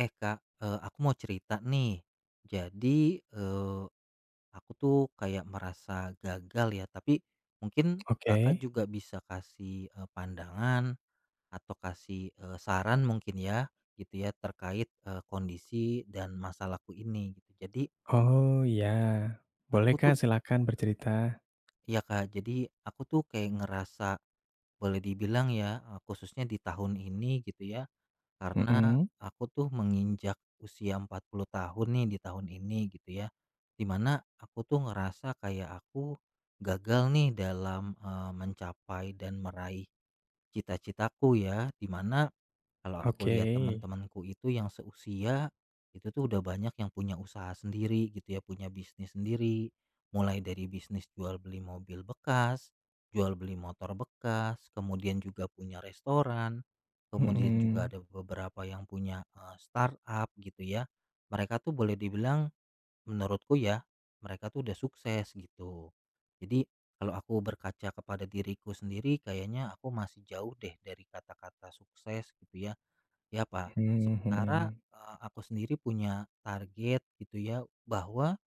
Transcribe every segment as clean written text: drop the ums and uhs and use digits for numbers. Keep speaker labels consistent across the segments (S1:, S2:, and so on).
S1: Eh Kak, aku mau cerita nih. Jadi, aku tuh kayak merasa gagal ya, tapi mungkin Kakak
S2: Oke.
S1: juga bisa kasih, pandangan atau kasih, saran mungkin ya, gitu ya, terkait, kondisi dan masalahku ini gitu. Jadi
S2: Oh, iya.
S1: aku
S2: Boleh
S1: tuh
S2: Kak, silakan bercerita.
S1: ya Kak, jadi aku tuh kayak ngerasa boleh dibilang ya, khususnya di tahun ini gitu ya, karena
S2: Mhm.
S1: aku tuh menginjak usia 40 tahun nih di tahun ini gitu ya. Dimana aku tuh ngerasa kayak aku gagal nih dalam, mencapai dan meraih cita-citaku ya. Dimana kalau aku
S2: Oke.
S1: lihat teman-temanku itu yang seusia, itu tuh udah banyak yang punya usaha sendiri gitu ya, punya bisnis sendiri. Mulai dari bisnis jual beli mobil bekas, jual beli motor bekas, kemudian juga punya restoran, kemudian juga
S2: Mhm.
S1: ada beberapa yang punya startup gitu ya. Mereka tuh boleh dibilang menurutku ya, mereka tuh udah sukses gitu. Jadi kalau aku berkaca kepada diriku sendiri, kayaknya aku masih jauh deh dari kata-kata sukses gitu ya. Ya, Pak.
S2: Mhm
S1: Sementara,
S2: mhm.
S1: aku sendiri punya target gitu ya, bahwa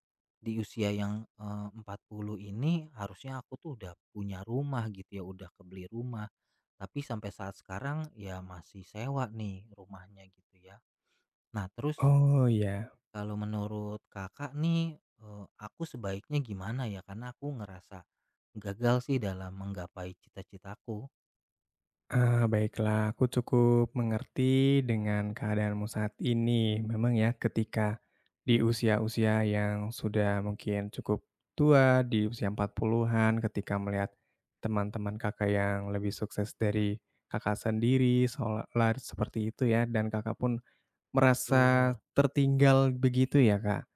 S1: di usia yang, 40 ini harusnya aku tuh udah punya rumah gitu ya, udah kebeli rumah. Tapi sampai saat sekarang ya masih sewa nih rumahnya gitu ya. Nah, terus
S2: Oh, iya.
S1: kalau menurut Kakak nih, aku sebaiknya gimana ya? Karena aku ngerasa gagal sih dalam menggapai cita-citaku.
S2: Ah, baiklah, aku cukup mengerti dengan keadaanmu saat ini. Memang ya ketika di usia-usia yang sudah mungkin cukup tua, di usia 40-an ketika melihat teman-teman Kakak yang lebih sukses dari Kakak sendiri, seolah seperti itu ya, dan Kakak pun merasa
S1: Betul.
S2: tertinggal begitu ya, Kak?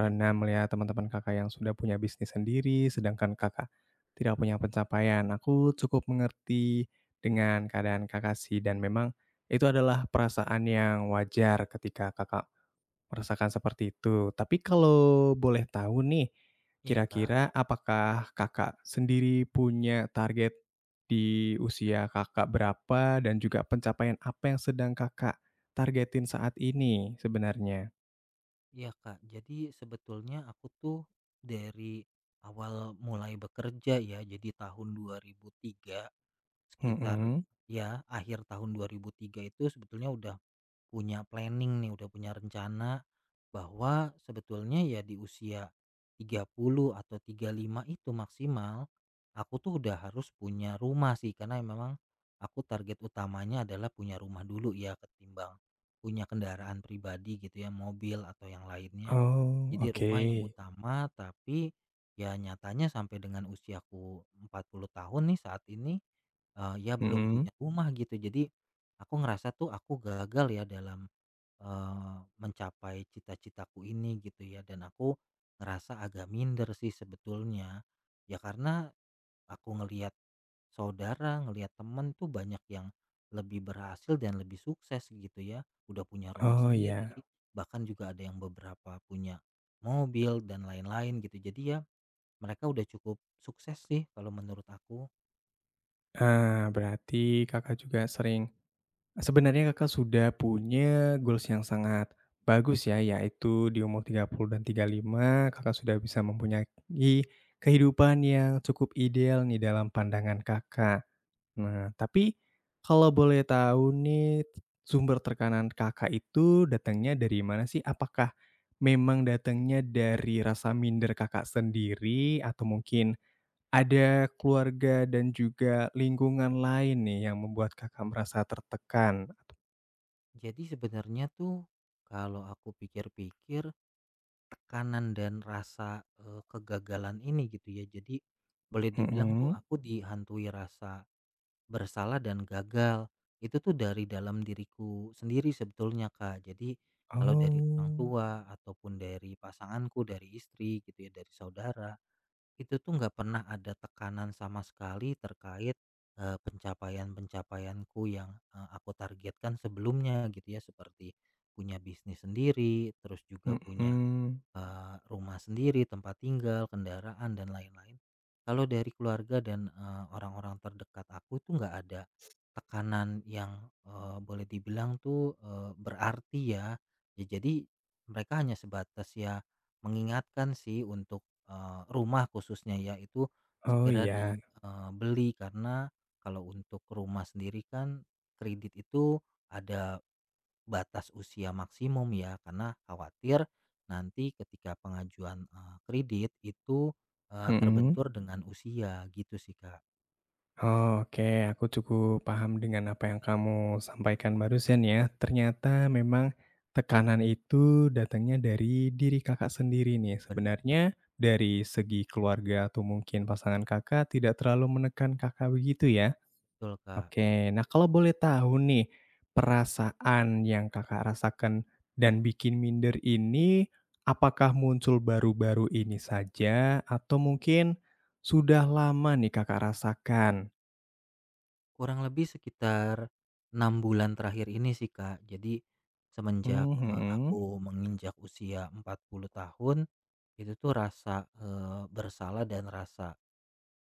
S1: Iya
S2: melihat teman-teman Kakak yang sudah punya bisnis sendiri, sedangkan Kakak tidak punya pencapaian. Aku cukup mengerti dengan keadaan Kakak sih, dan memang itu adalah perasaan yang wajar ketika Kakak merasakan seperti itu. Tapi kalau boleh tahu nih,
S1: iya, Kak.
S2: kira-kira apakah Kakak sendiri punya target di usia Kakak berapa dan juga pencapaian apa yang sedang Kakak targetin saat ini sebenarnya?
S1: Iya Kak, jadi sebetulnya aku tuh dari awal mulai bekerja ya, jadi tahun 2003 sekitar
S2: Mhm.
S1: ya akhir tahun 2003 itu sebetulnya udah punya planning nih, udah punya rencana bahwa sebetulnya ya di usia 30 atau 35 itu maksimal aku tuh udah harus punya rumah sih karena memang aku target utamanya adalah punya rumah dulu ya ketimbang punya kendaraan pribadi gitu ya, mobil atau yang lainnya.
S2: Oh,
S1: Jadi
S2: oke.
S1: rumah yang Mhm. utama tapi ya nyatanya sampai dengan usiaku 40 tahun nih saat ini, ya belum
S2: Mhm.
S1: punya rumah gitu. Jadi aku ngerasa tuh aku gagal ya dalam, mencapai cita-citaku ini gitu ya dan aku ngerasa agak minder sih sebetulnya. Ya karena aku ngelihat saudara, ngelihat temen tuh banyak yang lebih berhasil dan lebih sukses gitu ya, udah punya rumah
S2: Oh, iya.
S1: sendiri, bahkan juga ada yang beberapa punya mobil dan lain-lain gitu. Jadi ya mereka udah cukup sukses sih kalau menurut aku.
S2: Ah, berarti Kakak juga sering sebenarnya Kakak sudah punya goals yang sangat bagus ya, yaitu di umur 30 dan 35, Kakak sudah bisa mempunyai kehidupan yang cukup ideal nih dalam pandangan Kakak. Nah, tapi kalau boleh tahu nih, sumber tekanan Kakak itu datangnya dari mana sih? Apakah memang datangnya dari rasa minder Kakak sendiri atau mungkin ada keluarga dan juga lingkungan lain nih yang membuat Kakak merasa tertekan?
S1: Jadi sebenarnya tuh kalau aku pikir-pikir tekanan dan rasa, kegagalan ini gitu ya. Jadi boleh dibilang tuh
S2: Mhm.
S1: aku dihantui rasa bersalah dan gagal. Itu tuh dari dalam diriku sendiri sebetulnya, Kak. Jadi kalau dari orang
S2: Oh,
S1: tua ataupun dari pasanganku, dari istri gitu ya, dari saudara, itu tuh nggak pernah ada tekanan sama sekali terkait, pencapaian-pencapaianku yang, aku targetkan sebelumnya gitu ya, seperti punya bisnis sendiri, terus juga punya
S2: mhm.
S1: rumah sendiri, tempat tinggal, kendaraan, dan lain-lain. Kalau dari keluarga dan, orang-orang terdekat aku itu nggak ada tekanan yang, boleh dibilang tuh, berarti ya. Ya jadi mereka hanya sebatas ya mengingatkan sih untuk, rumah khususnya ya itu
S2: Oh,
S1: segera
S2: iya.
S1: dibeli karena kalau untuk rumah sendiri kan kredit itu ada batas usia maksimum ya, karena khawatir nanti ketika pengajuan, kredit itu,
S2: Mhm.
S1: terbentur dengan usia gitu sih, Kak.
S2: Oke, aku cukup paham dengan apa yang kamu sampaikan barusan ya. Ternyata memang tekanan itu datangnya dari diri Kakak sendiri nih.
S1: Bener,
S2: Sebenarnya dari segi keluarga atau mungkin pasangan Kakak tidak terlalu menekan Kakak begitu ya?
S1: betul, Kak.
S2: Oke, nah kalau boleh tahu nih, perasaan yang Kakak rasakan dan bikin minder ini, apakah muncul baru-baru ini saja atau mungkin sudah lama nih Kakak rasakan?
S1: Kurang lebih sekitar 6 bulan terakhir ini sih, Kak. Jadi semenjak,
S2: Mmm, mhm.
S1: aku menginjak usia 40 tahun, itu tuh rasa, bersalah dan rasa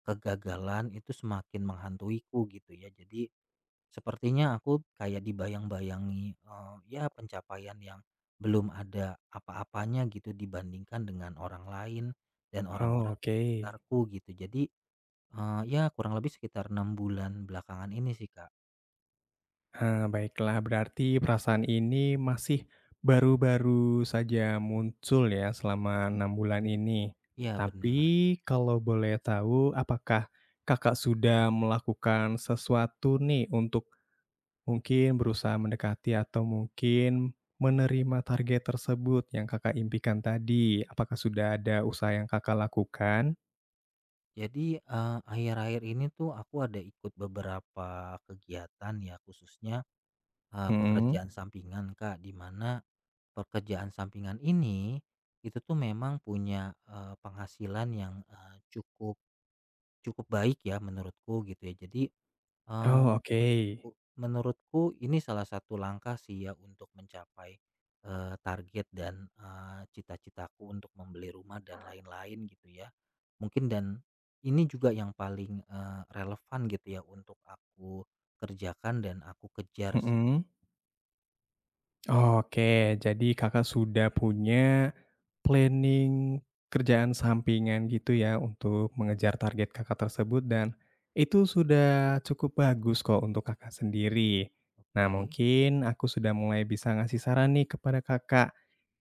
S1: kegagalan itu semakin menghantuiku gitu ya. Jadi sepertinya aku kayak dibayang-bayangi, ya pencapaian yang belum ada apa-apanya gitu dibandingkan dengan orang lain dan
S2: Oh,
S1: orang-orang di
S2: oke.
S1: sekitarku gitu. Jadi, ya kurang lebih sekitar 6 bulan belakangan ini sih, Kak.
S2: Baiklah, berarti perasaan ini masih baru-baru saja muncul ya selama 6 bulan ini.
S1: Iya
S2: Tapi
S1: benar.
S2: kalau boleh tahu, apakah Kakak sudah
S1: Boleh, Kak.
S2: melakukan sesuatu nih untuk mungkin berusaha mendekati atau mungkin menerima target tersebut yang Kakak impikan tadi? Apakah sudah ada usaha yang Kakak lakukan?
S1: Jadi, akhir-akhir ini tuh aku ada ikut beberapa kegiatan ya khususnya,
S2: Mhm.
S1: pekerjaan sampingan, Kak, di mana pekerjaan sampingan ini, itu tuh memang punya, penghasilan yang, cukup cukup baik ya menurutku gitu ya. Jadi, eee,
S2: Oh, oke.
S1: menurutku menurutku ini salah satu langkah sih ya untuk mencapai, target dan, cita-citaku untuk membeli rumah dan lain-lain gitu ya. Mungkin dan ini juga yang paling, relevan gitu ya untuk aku kerjakan dan aku kejar sih.
S2: Mhm. Oke, jadi Kakak sudah punya planning kerjaan sampingan gitu ya untuk mengejar target Kakak tersebut dan itu sudah cukup bagus kok untuk Kakak sendiri. Nah,
S1: Oke,
S2: mungkin aku sudah mulai bisa ngasih saran nih kepada Kakak.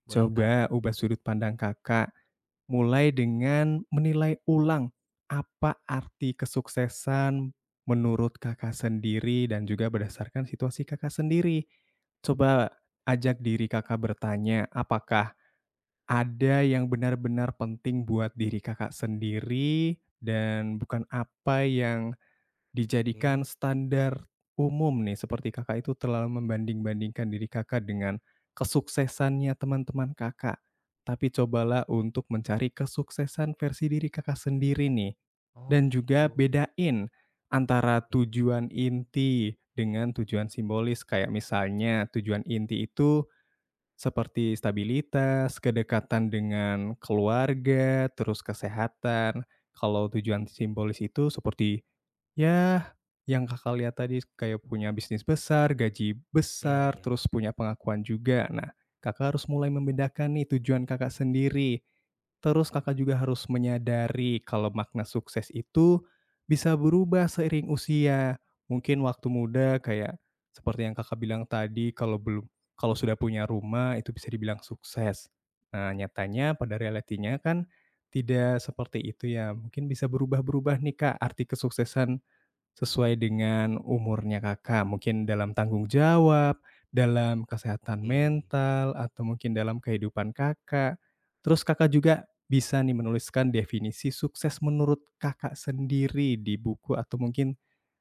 S1: boleh Kak,
S2: Coba ubah sudut pandang Kakak, mulai dengan menilai ulang apa arti kesuksesan menurut Kakak sendiri dan juga berdasarkan situasi Kakak sendiri. Coba ajak diri Kakak bertanya, apakah ada yang benar-benar penting buat diri Kakak sendiri dan bukan apa yang dijadikan
S1: oke.
S2: standar umum nih, seperti Kakak itu terlalu membanding-bandingkan diri Kakak dengan kesuksesannya teman-teman Kakak. Tapi cobalah untuk mencari kesuksesan versi diri Kakak sendiri nih.
S1: Oh
S2: Dan
S1: gitu.
S2: juga bedain antara
S1: Ya
S2: tujuan inti dengan tujuan simbolis, kayak misalnya tujuan inti itu seperti stabilitas, kedekatan dengan keluarga, terus kesehatan. Kalau tujuan simbolis itu seperti, ya yang Kakak lihat tadi kayak punya bisnis besar, gaji
S1: ya
S2: besar,
S1: ya.
S2: terus punya pengakuan juga. Nah, Kakak harus mulai membedakan nih tujuan Kakak sendiri. Terus Kakak juga harus menyadari kalau makna sukses itu bisa berubah seiring usia. Mungkin waktu muda kayak seperti yang Kakak bilang tadi, kalau belum kalau sudah punya rumah itu bisa dibilang sukses. Nah, nyatanya pada realitinya kan tidak seperti itu ya. Mungkin bisa berubah-berubah nih, Kak, arti kesuksesan
S1: Oh
S2: sesuai
S1: gitu.
S2: dengan umurnya Kakak. Mungkin dalam tanggung jawab, dalam kesehatan
S1: Oke,
S2: mental, atau mungkin dalam kehidupan Kakak. Terus Kakak juga bisa nih menuliskan definisi sukses menurut Kakak sendiri di buku atau mungkin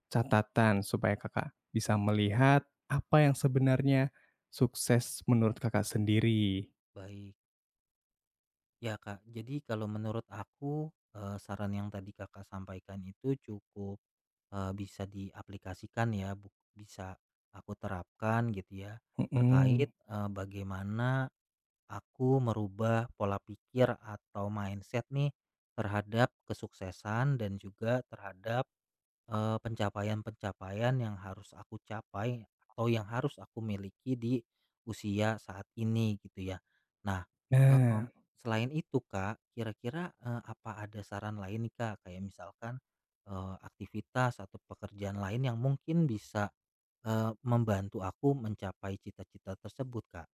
S2: catatan supaya Kakak bisa melihat apa yang sebenarnya sukses menurut Kakak sendiri.
S1: baik. Ya Kak, jadi kalau menurut aku, saran yang tadi Kakak sampaikan itu cukup, bisa diaplikasikan ya, bisa aku terapkan gitu ya, terkait,
S2: Mhm.
S1: bagaimana aku merubah pola pikir atau mindset nih terhadap kesuksesan dan juga terhadap pencapaian-pencapaian yang harus aku capai atau yang harus aku miliki di usia saat ini gitu ya. Nah, mmm,
S2: Nah.
S1: selain itu Kak, kira-kira, apa ada saran lain nih Kak, kayak misalkan, aktivitas atau pekerjaan lain yang mungkin bisa, membantu aku mencapai cita-cita tersebut Kak?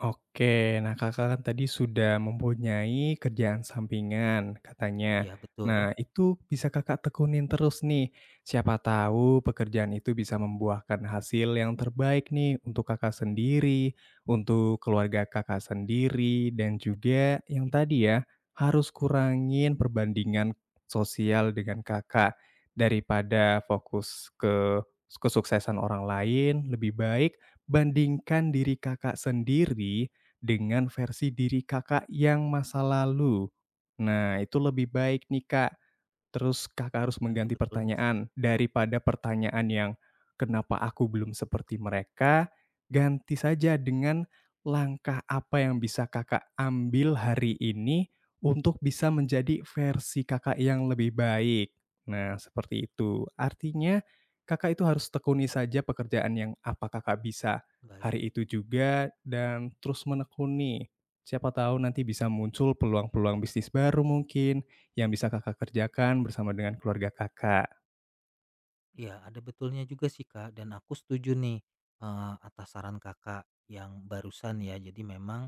S2: Oke, nah Kakak kan tadi sudah mempunyai kerjaan sampingan katanya.
S1: Iya betul.
S2: Nah itu bisa Kakak tekunin terus nih, siapa tahu pekerjaan itu bisa membuahkan hasil yang terbaik nih untuk Kakak sendiri, untuk keluarga Kakak sendiri, dan
S1: Jadi,
S2: juga yang tadi ya, harus kurangin perbandingan sosial dengan Kakak daripada fokus ke kesuksesan orang lain lebih baik bandingkan diri Kakak sendiri dengan versi diri Kakak yang masa lalu. Nah, itu lebih baik nih, Kak. Terus Kakak harus
S1: ada
S2: mengganti
S1: betulnya sih.
S2: pertanyaan, daripada pertanyaan yang, "Kenapa aku belum seperti mereka?" ganti saja dengan, "Langkah apa yang bisa Kakak ambil hari ini untuk bisa menjadi versi Kakak yang lebih baik?" Nah, seperti itu. Artinya Kakak itu harus tekuni saja pekerjaan yang apa Kakak bisa
S1: Baik.
S2: hari itu juga dan terus menekuni. Siapa tahu nanti bisa muncul peluang-peluang bisnis baru mungkin, yang bisa Kakak kerjakan bersama dengan keluarga Kakak.
S1: Iya, ada betulnya juga sih, Kak, dan aku setuju nih, atas saran Kakak yang barusan ya. Jadi memang,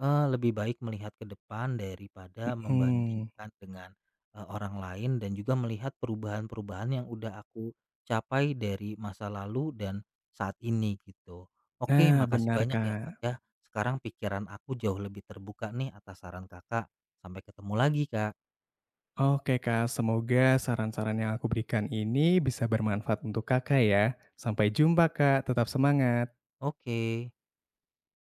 S1: lebih baik melihat ke depan daripada
S2: Mhm.
S1: membandingkan dengan, orang lain dan juga melihat perubahan-perubahan yang udah aku capai dari masa lalu dan saat ini gitu. Oke,
S2: Nah,
S1: makasih
S2: benar,
S1: banyak ya,
S2: Kak.
S1: Kak, ya. Sekarang pikiran aku jauh lebih terbuka nih atas saran Kakak. Sampai ketemu lagi, Kak.
S2: Oke, Kak, semoga saran-saran yang aku berikan ini bisa bermanfaat untuk Kakak ya. Sampai jumpa, Kak, tetap semangat.
S1: Oke.